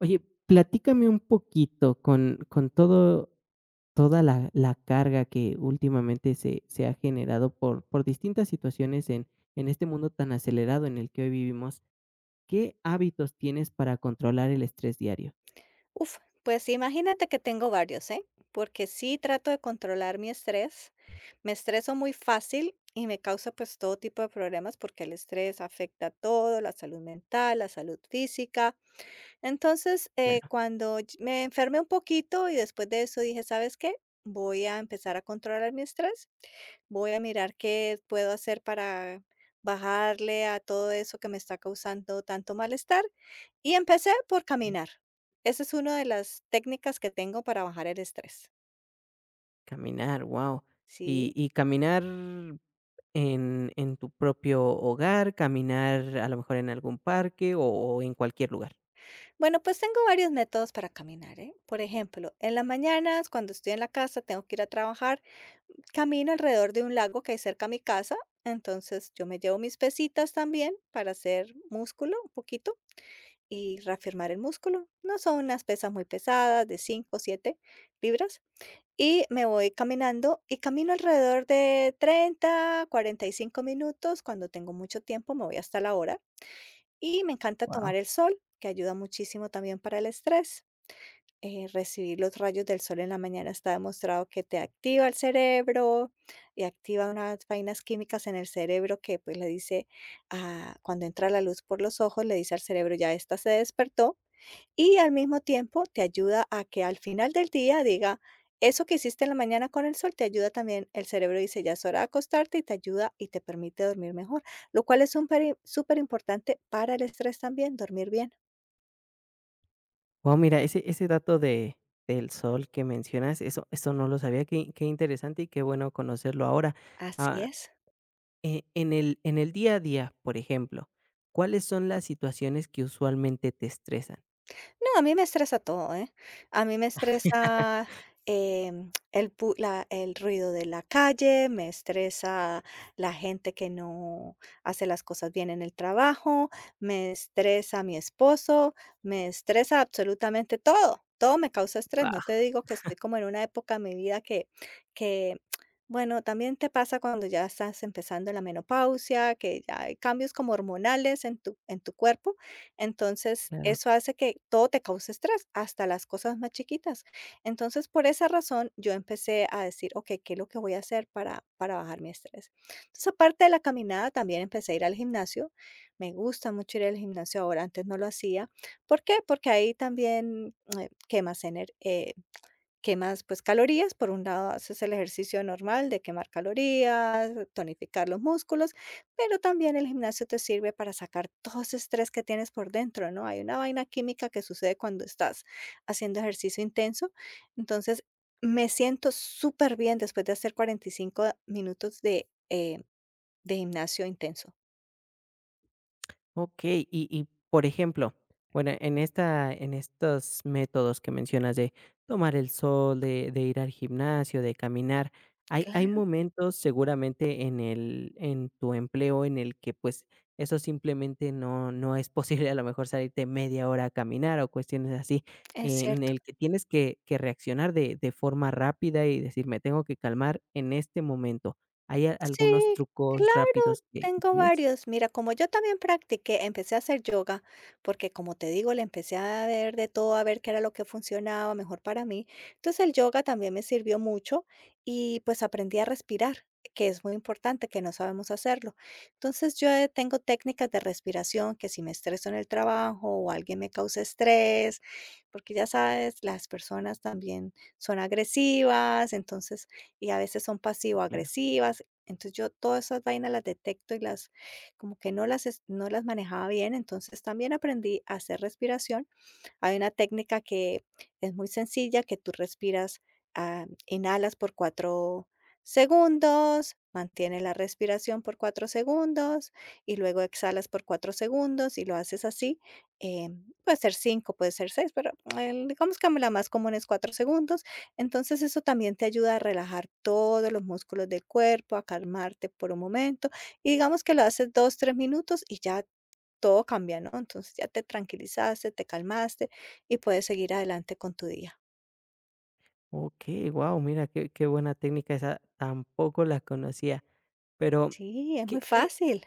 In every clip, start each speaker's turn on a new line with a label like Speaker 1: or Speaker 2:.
Speaker 1: Oye, platícame un poquito con todo toda la carga que últimamente se ha generado por distintas situaciones en este mundo tan acelerado en el que hoy vivimos, ¿qué hábitos tienes para controlar el estrés diario?
Speaker 2: Uf, pues sí, imagínate que tengo varios, ¿eh? Porque sí trato de controlar mi estrés. Me estreso muy fácil y me causa pues todo tipo de problemas porque el estrés afecta todo, la salud mental, la salud física. Entonces, cuando me enfermé un poquito y después de eso dije, ¿sabes qué? Voy a empezar a controlar mi estrés. Voy a mirar qué puedo hacer para bajarle a todo eso que me está causando tanto malestar. Y empecé por caminar. Esa es una de las técnicas que tengo para bajar el estrés.
Speaker 1: Caminar, wow. Y
Speaker 2: Sí.
Speaker 1: y caminar en tu propio hogar, caminar a lo mejor en algún parque o en cualquier lugar.
Speaker 2: Bueno, pues tengo varios métodos para caminar, ¿eh? Por ejemplo, en las mañanas, cuando estoy en la casa, tengo que ir a trabajar, camino alrededor de un lago que hay cerca a mi casa. Entonces, yo me llevo mis pesitas también para hacer músculo un poquito y reafirmar el músculo. No son unas pesas muy pesadas, de 5 o 7 libras. Y me voy caminando y camino alrededor de 30, 45 minutos. Cuando tengo mucho tiempo, me voy hasta la hora. Y me encanta tomar el sol, que ayuda muchísimo también para el estrés. Recibir los rayos del sol en la mañana está demostrado que te activa el cerebro y activa unas vainas químicas en el cerebro que pues le dice, ah, cuando entra la luz por los ojos, le dice al cerebro, ya esta se despertó, y al mismo tiempo te ayuda a que al final del día diga, eso que hiciste en la mañana con el sol te ayuda también, el cerebro dice, ya es hora de acostarte y te ayuda y te permite dormir mejor, lo cual es súper, súper importante para el estrés también, dormir bien.
Speaker 1: Wow, mira, ese dato de del sol que mencionas, eso no lo sabía, qué interesante y qué bueno conocerlo ahora.
Speaker 2: Así
Speaker 1: Ah,
Speaker 2: es.
Speaker 1: en el día a día, por ejemplo, ¿cuáles son las situaciones que usualmente te estresan?
Speaker 2: No, a mí me estresa todo, ¿eh? A mí me estresa el ruido de la calle, me estresa la gente que no hace las cosas bien en el trabajo, me estresa mi esposo, me estresa absolutamente todo. Todo me causa estrés. No
Speaker 1: Guau.
Speaker 2: te digo que estoy como en una época de mi vida que bueno, también te pasa cuando ya estás empezando la menopausia, que ya hay cambios como hormonales en tu cuerpo. Entonces,
Speaker 1: Claro.
Speaker 2: eso hace que todo te cause estrés, hasta las cosas más chiquitas. Entonces, por esa razón, yo empecé a decir, ok, ¿qué es lo que voy a hacer para bajar mi estrés? Entonces, aparte de la caminada, también empecé a ir al gimnasio. Me gusta mucho ir al gimnasio ahora, antes no lo hacía. ¿Por qué? Porque ahí también quemas, pues, calorías. Por un lado haces el ejercicio normal de quemar calorías, tonificar los músculos, pero también el gimnasio te sirve para sacar todo ese estrés que tienes por dentro, ¿no? Hay una vaina química que sucede cuando estás haciendo ejercicio intenso. Entonces, me siento súper bien después de hacer 45 minutos de gimnasio intenso.
Speaker 1: Okey, por ejemplo, bueno, en estos métodos que mencionas de tomar el sol, de ir al gimnasio, de caminar, hay
Speaker 2: Claro,
Speaker 1: momentos seguramente en el en tu empleo en el que, pues, eso simplemente no es posible, a lo mejor salirte media hora a caminar o cuestiones así,
Speaker 2: es
Speaker 1: en
Speaker 2: cierto.
Speaker 1: el que tienes que reaccionar de forma rápida y decir: "Me tengo que calmar en este momento". ¿Hay algunos
Speaker 2: Sí,
Speaker 1: trucos
Speaker 2: claro,
Speaker 1: rápidos que
Speaker 2: tengo
Speaker 1: tienes?
Speaker 2: varios. Mira, como yo también practiqué, empecé a hacer yoga, porque como te digo, le empecé a ver de todo, a ver qué era lo que funcionaba mejor para mí. Entonces el yoga también me sirvió mucho y pues aprendí a respirar, que es muy importante, que no sabemos hacerlo. Entonces yo tengo técnicas de respiración, que si me estreso en el trabajo o alguien me causa estrés, porque ya sabes, las personas también son agresivas, entonces, y a veces son pasivo-agresivas. Entonces, yo todas esas vainas las detecto y las como que no las manejaba bien. Entonces, también aprendí a hacer respiración. Hay una técnica que es muy sencilla, que tú respiras, ah, inhalas por 4 segundos, mantienes la respiración por 4 segundos y luego exhalas por 4 segundos y lo haces así. Puede ser 5, puede ser 6, pero digamos que la más común es 4 segundos. Entonces eso también te ayuda a relajar todos los músculos del cuerpo, a calmarte por un momento, y digamos que lo haces 2, 3 minutos y ya todo cambia, ¿no? Entonces ya te tranquilizaste, te calmaste y puedes seguir adelante con tu día.
Speaker 1: Ok, wow, mira, qué, qué buena técnica esa, tampoco la conocía, pero
Speaker 2: Sí, es muy
Speaker 1: ¿qué, qué,
Speaker 2: fácil.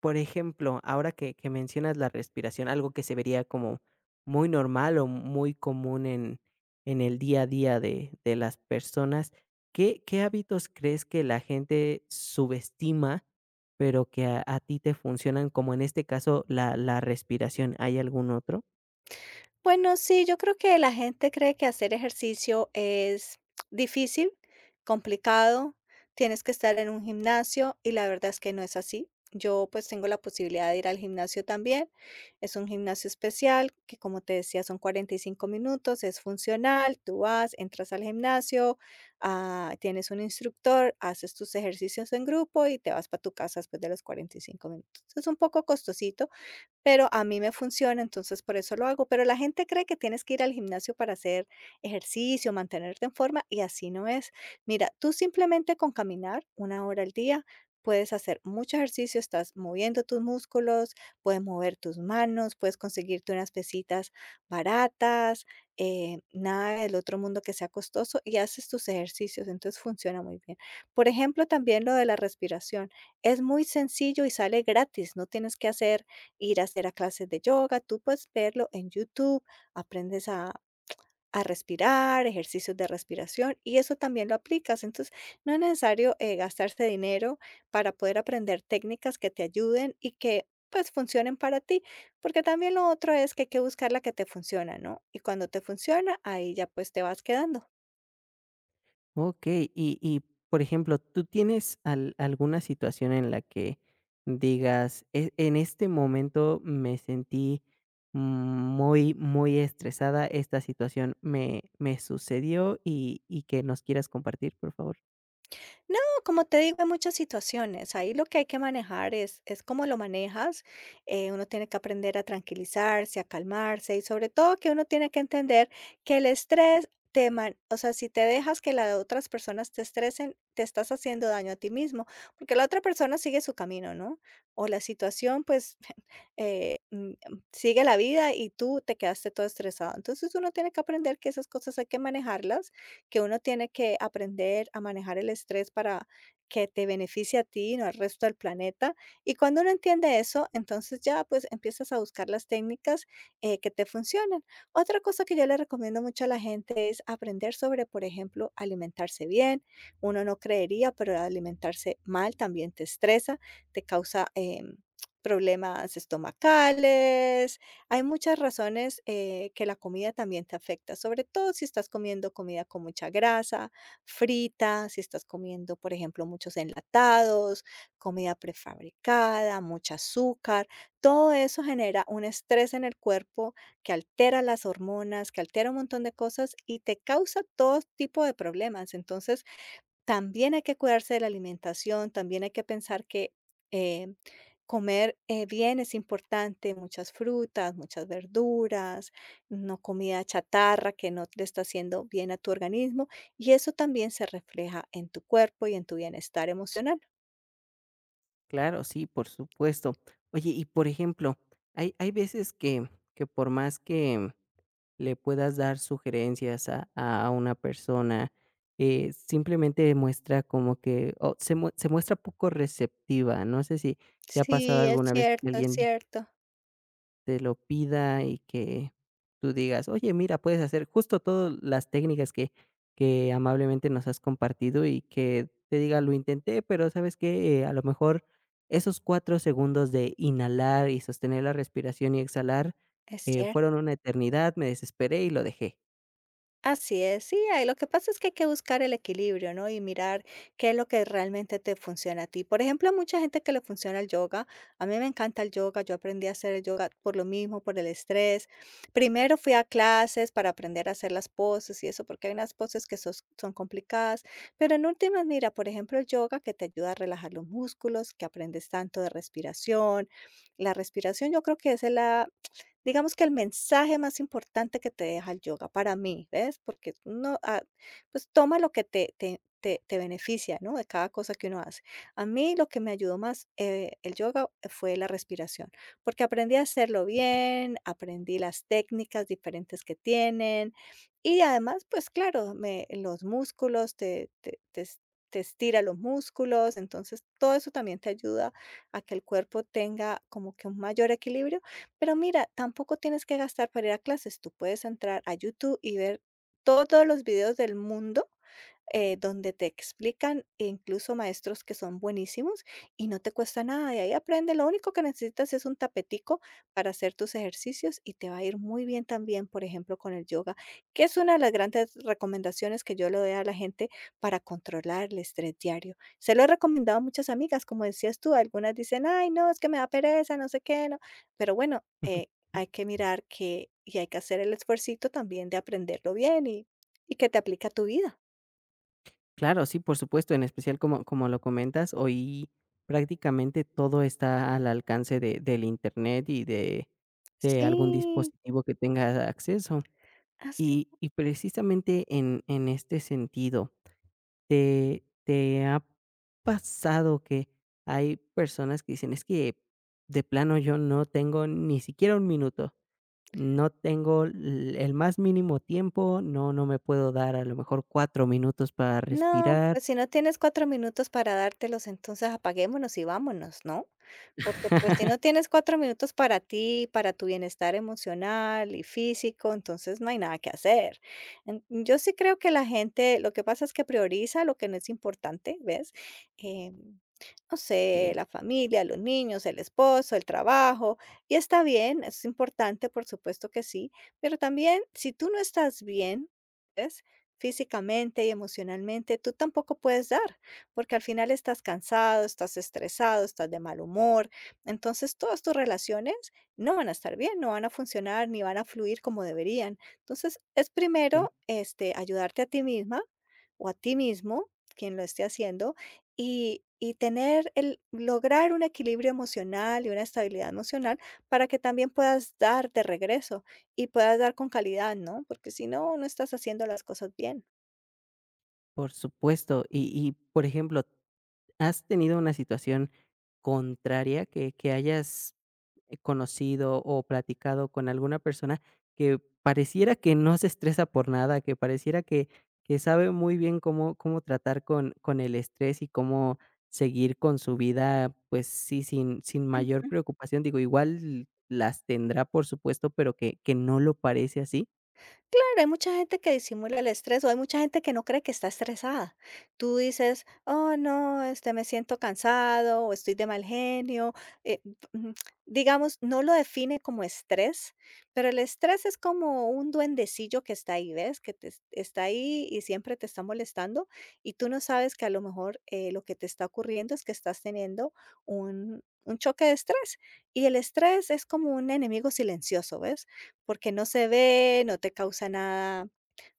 Speaker 1: por ejemplo, ahora que mencionas la respiración, algo que se vería como muy normal o muy común en el día a día de las personas, ¿qué, qué hábitos crees que la gente subestima, pero que a ti te funcionan, como en este caso la, la respiración? ¿Hay algún otro?
Speaker 2: Bueno, sí, yo creo que la gente cree que hacer ejercicio es difícil, complicado, tienes que estar en un gimnasio, y la verdad es que no es así. Yo pues tengo la posibilidad de ir al gimnasio también. Es un gimnasio especial que, como te decía, son 45 minutos, es funcional, tú vas, entras al gimnasio, ah, tienes un instructor, haces tus ejercicios en grupo y te vas para tu casa después de los 45 minutos. Es un poco costosito, pero a mí me funciona, entonces por eso lo hago. Pero la gente cree que tienes que ir al gimnasio para hacer ejercicio, mantenerte en forma, y así no es. Mira, tú simplemente con caminar una hora al día puedes hacer mucho ejercicio, estás moviendo tus músculos, puedes mover tus manos, puedes conseguirte unas pesitas baratas, nada del otro mundo que sea costoso, y haces tus ejercicios, entonces funciona muy bien. Por ejemplo, también lo de la respiración. Es muy sencillo y sale gratis, no tienes que hacer ir a clases de yoga, tú puedes verlo en YouTube, aprendes a respirar, ejercicios de respiración, y eso también lo aplicas. Entonces, no es necesario gastarse dinero para poder aprender técnicas que te ayuden y que pues funcionen para ti, porque también lo otro es que hay que buscar la que te funciona, ¿no? Y cuando te funciona, ahí ya pues te vas quedando.
Speaker 1: Okey, por ejemplo, ¿tú tienes al alguna situación en la que digas: En este momento me sentí muy, muy estresada, esta situación me me sucedió", y que nos quieras compartir, por favor?
Speaker 2: No, como te digo, hay muchas situaciones. Ahí lo que hay que manejar es cómo lo manejas. Uno tiene que aprender a tranquilizarse, a calmarse, y sobre todo que uno tiene que entender que el estrés o sea, si te dejas que las otras personas te estresen, te estás haciendo daño a ti mismo, porque la otra persona sigue su camino, ¿no? O la situación, pues, eh, mm, sigue la vida y tú te quedaste todo estresado. Entonces uno tiene que aprender que esas cosas hay que manejarlas, que uno tiene que aprender a manejar el estrés para que te beneficie a ti y no al resto del planeta. Y cuando uno entiende eso, entonces ya pues empiezas a buscar las técnicas que te funcionan. Otra cosa que yo le recomiendo mucho a la gente es aprender sobre, por ejemplo, alimentarse bien. Uno no creería, pero alimentarse mal también te estresa, te causa... problemas estomacales. Hay muchas razones que la comida también te afecta, sobre todo si estás comiendo comida con mucha grasa, frita, si estás comiendo, por ejemplo, muchos enlatados, comida prefabricada, mucho azúcar. Todo eso genera un estrés en el cuerpo que altera las hormonas, que altera un montón de cosas y te causa todo tipo de problemas. Entonces, también hay que cuidarse de la alimentación, también hay que pensar que eh, comer bien es importante, muchas frutas, muchas verduras, no comida chatarra que no le está haciendo bien a tu organismo, y eso también se refleja en tu cuerpo y en tu bienestar emocional.
Speaker 1: Claro, sí, por supuesto. Oye, y por ejemplo, hay veces que por más que le puedas dar sugerencias a una persona, simplemente muestra como que o se, se muestra poco receptiva. No sé si te ha pasado
Speaker 2: Sí, es
Speaker 1: alguna vez
Speaker 2: cierto,
Speaker 1: que
Speaker 2: es
Speaker 1: alguien
Speaker 2: cierto,
Speaker 1: te lo pida y que tú digas: "Oye, mira, puedes hacer justo todas las técnicas que amablemente nos has compartido", y que te diga: "Lo intenté, pero, ¿sabes que a lo mejor esos 4 segundos de inhalar y sostener la respiración y exhalar,
Speaker 2: es cierto.
Speaker 1: fueron una eternidad, me desesperé y lo dejé".
Speaker 2: Así es. Sí, ahí lo que pasa es que hay que buscar el equilibrio, ¿no? Y mirar qué es lo que realmente te funciona a ti. Por ejemplo, a mucha gente que le funciona el yoga, a mí me encanta el yoga, yo aprendí a hacer el yoga por lo mismo, por el estrés. Primero fui a clases para aprender a hacer las poses y eso, porque hay unas poses que son complicadas, pero en últimas, mira, por ejemplo, el yoga que te ayuda a relajar los músculos, que aprendes tanto de respiración. La respiración yo creo que es la... Digamos que el mensaje más importante que te deja el yoga para mí, ¿ves? Porque no, ah, pues toma lo que te beneficia, ¿no? De cada cosa que uno hace. A mí lo que me ayudó más el yoga fue la respiración, porque aprendí a hacerlo bien, aprendí las técnicas diferentes que tienen y además, pues claro, los músculos, te estira los músculos, entonces todo eso también te ayuda a que el cuerpo tenga como que un mayor equilibrio, pero mira, tampoco tienes que gastar para ir a clases. Tú puedes entrar a YouTube y ver todos los videos del mundo donde te explican, e incluso maestros que son buenísimos, y no te cuesta nada. Y ahí aprende, lo único que necesitas es un tapetico para hacer tus ejercicios y te va a ir muy bien también, por ejemplo, con el yoga, que es una de las grandes recomendaciones que yo le doy a la gente para controlar el estrés diario. Se lo he recomendado a muchas amigas, como decías tú. Algunas dicen, ay, no, es que me da pereza, no sé qué, no. Pero bueno, hay que mirar que y hay que hacer el esfuercito también de aprenderlo bien y que te aplica a tu vida.
Speaker 1: Claro, sí, por supuesto, en especial como lo comentas, hoy prácticamente todo está al alcance de del Internet y de algún
Speaker 2: Sí,
Speaker 1: dispositivo que tenga acceso.
Speaker 2: así.
Speaker 1: Y precisamente en este sentido, ¿te ha pasado que hay personas que dicen: "Es que de plano yo no tengo ni siquiera un minuto, no tengo l el más mínimo tiempo, no me puedo dar a lo mejor 4 minutos para
Speaker 2: No,
Speaker 1: respirar"?
Speaker 2: pues si no tienes 4 minutos para dártelos, entonces apaguémonos y vámonos, ¿no? Porque, pues, si no tienes 4 minutos para ti, para tu bienestar emocional y físico, entonces no hay nada que hacer. En Yo sí creo que la gente, lo que pasa es que prioriza lo que no es importante, ¿ves? Em, no sé,
Speaker 1: Okey,
Speaker 2: la familia, los niños, el esposo, el trabajo, y está bien, es importante, por supuesto que sí, pero también, si tú no estás bien, ¿ves?, físicamente y emocionalmente, tú tampoco puedes dar, porque al final estás cansado, estás estresado, estás de mal humor. Entonces, todas tus relaciones no van a estar bien, no van a funcionar ni van a fluir como deberían. Entonces, es
Speaker 1: claro,
Speaker 2: primero este, ayudarte a ti misma o a ti mismo, quien lo esté haciendo, y tener el lograr un equilibrio emocional y una estabilidad emocional para que también puedas dar de regreso. Y puedas dar con calidad, ¿no? Porque si no, no estás haciendo las cosas bien.
Speaker 1: por supuesto. Por ejemplo, ¿has tenido una situación contraria que hayas, conocido o platicado con alguna persona que pareciera que no se estresa por nada, que pareciera que sabe muy bien cómo tratar con el estrés y cómo seguir con su vida, pues sí, sin mayor preocupación? Digo, igual las tendrá, por supuesto, pero que no lo parece así.
Speaker 2: Claro, hay mucha gente que disimula el estrés, o hay mucha gente que no cree que está estresada. Tú dices, oh no, este, me siento cansado o estoy de mal genio. eh, mm, digamos, no lo define como estrés, pero el estrés es como un duendecillo que está ahí, ¿ves? Que te está ahí y siempre te está molestando, y tú no sabes que a lo mejor, lo que te está ocurriendo es que estás teniendo un choque de estrés. Y el estrés es como un enemigo silencioso, ¿ves?, porque no se ve, no te causa nada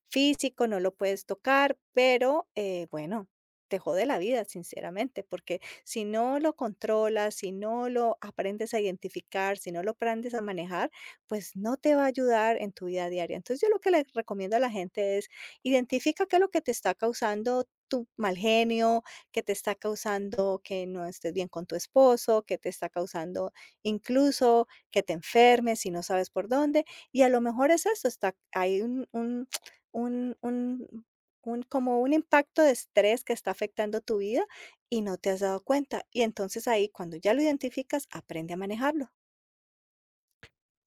Speaker 2: físico, no lo puedes tocar, pero, bueno, te jode la vida, sinceramente, porque si no lo controlas, si no lo aprendes a identificar, si no lo aprendes a manejar, pues no te va a ayudar en tu vida diaria. Entonces, yo lo que le recomiendo a la gente es, identifica qué es lo que te está causando tu mal genio, que te está causando que no estés bien con tu esposo, que te está causando incluso que te enfermes y no sabes por dónde, y a lo mejor es eso, está hay un un un como un impacto de estrés que está afectando tu vida y no te has dado cuenta. Y entonces ahí, cuando ya lo identificas, aprende a manejarlo.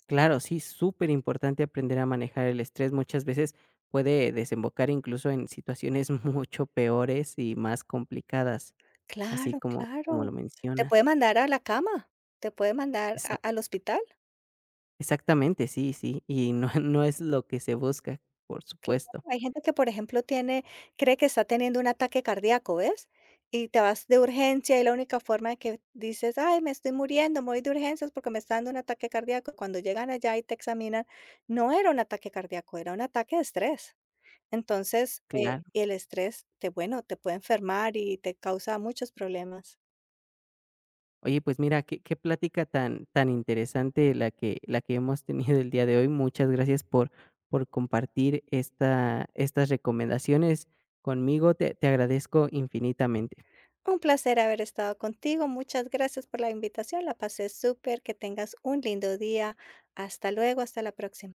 Speaker 1: Claro, sí, súper importante aprender a manejar el estrés. Muchas veces puede desembocar incluso en situaciones mucho peores y más complicadas, así
Speaker 2: Claro,
Speaker 1: como lo
Speaker 2: claro. Te puede
Speaker 1: mencionas.
Speaker 2: mandar a la cama, te puede mandar a
Speaker 1: Exac
Speaker 2: al hospital.
Speaker 1: exactamente, sí, sí, y no no es lo que se busca, por
Speaker 2: Claro,
Speaker 1: supuesto.
Speaker 2: hay gente que, por ejemplo, tiene cree que está teniendo un ataque cardíaco, ¿ves? Y te vas de urgencia, y la única forma de que dices: "Ay, me estoy muriendo, me voy de urgencias porque me está dando un ataque cardíaco", cuando llegan allá y te examinan, no era un ataque cardíaco, era un ataque de estrés. Entonces,
Speaker 1: Claro.
Speaker 2: el estrés te bueno, te puede enfermar y te causa muchos problemas.
Speaker 1: Oye, pues mira, qué plática tan interesante la que hemos tenido el día de hoy. Muchas gracias por compartir estas recomendaciones conmigo. Te agradezco infinitamente.
Speaker 2: Un placer haber estado contigo, muchas gracias por la invitación, la pasé súper, que tengas un lindo día. Hasta luego, hasta la próxima.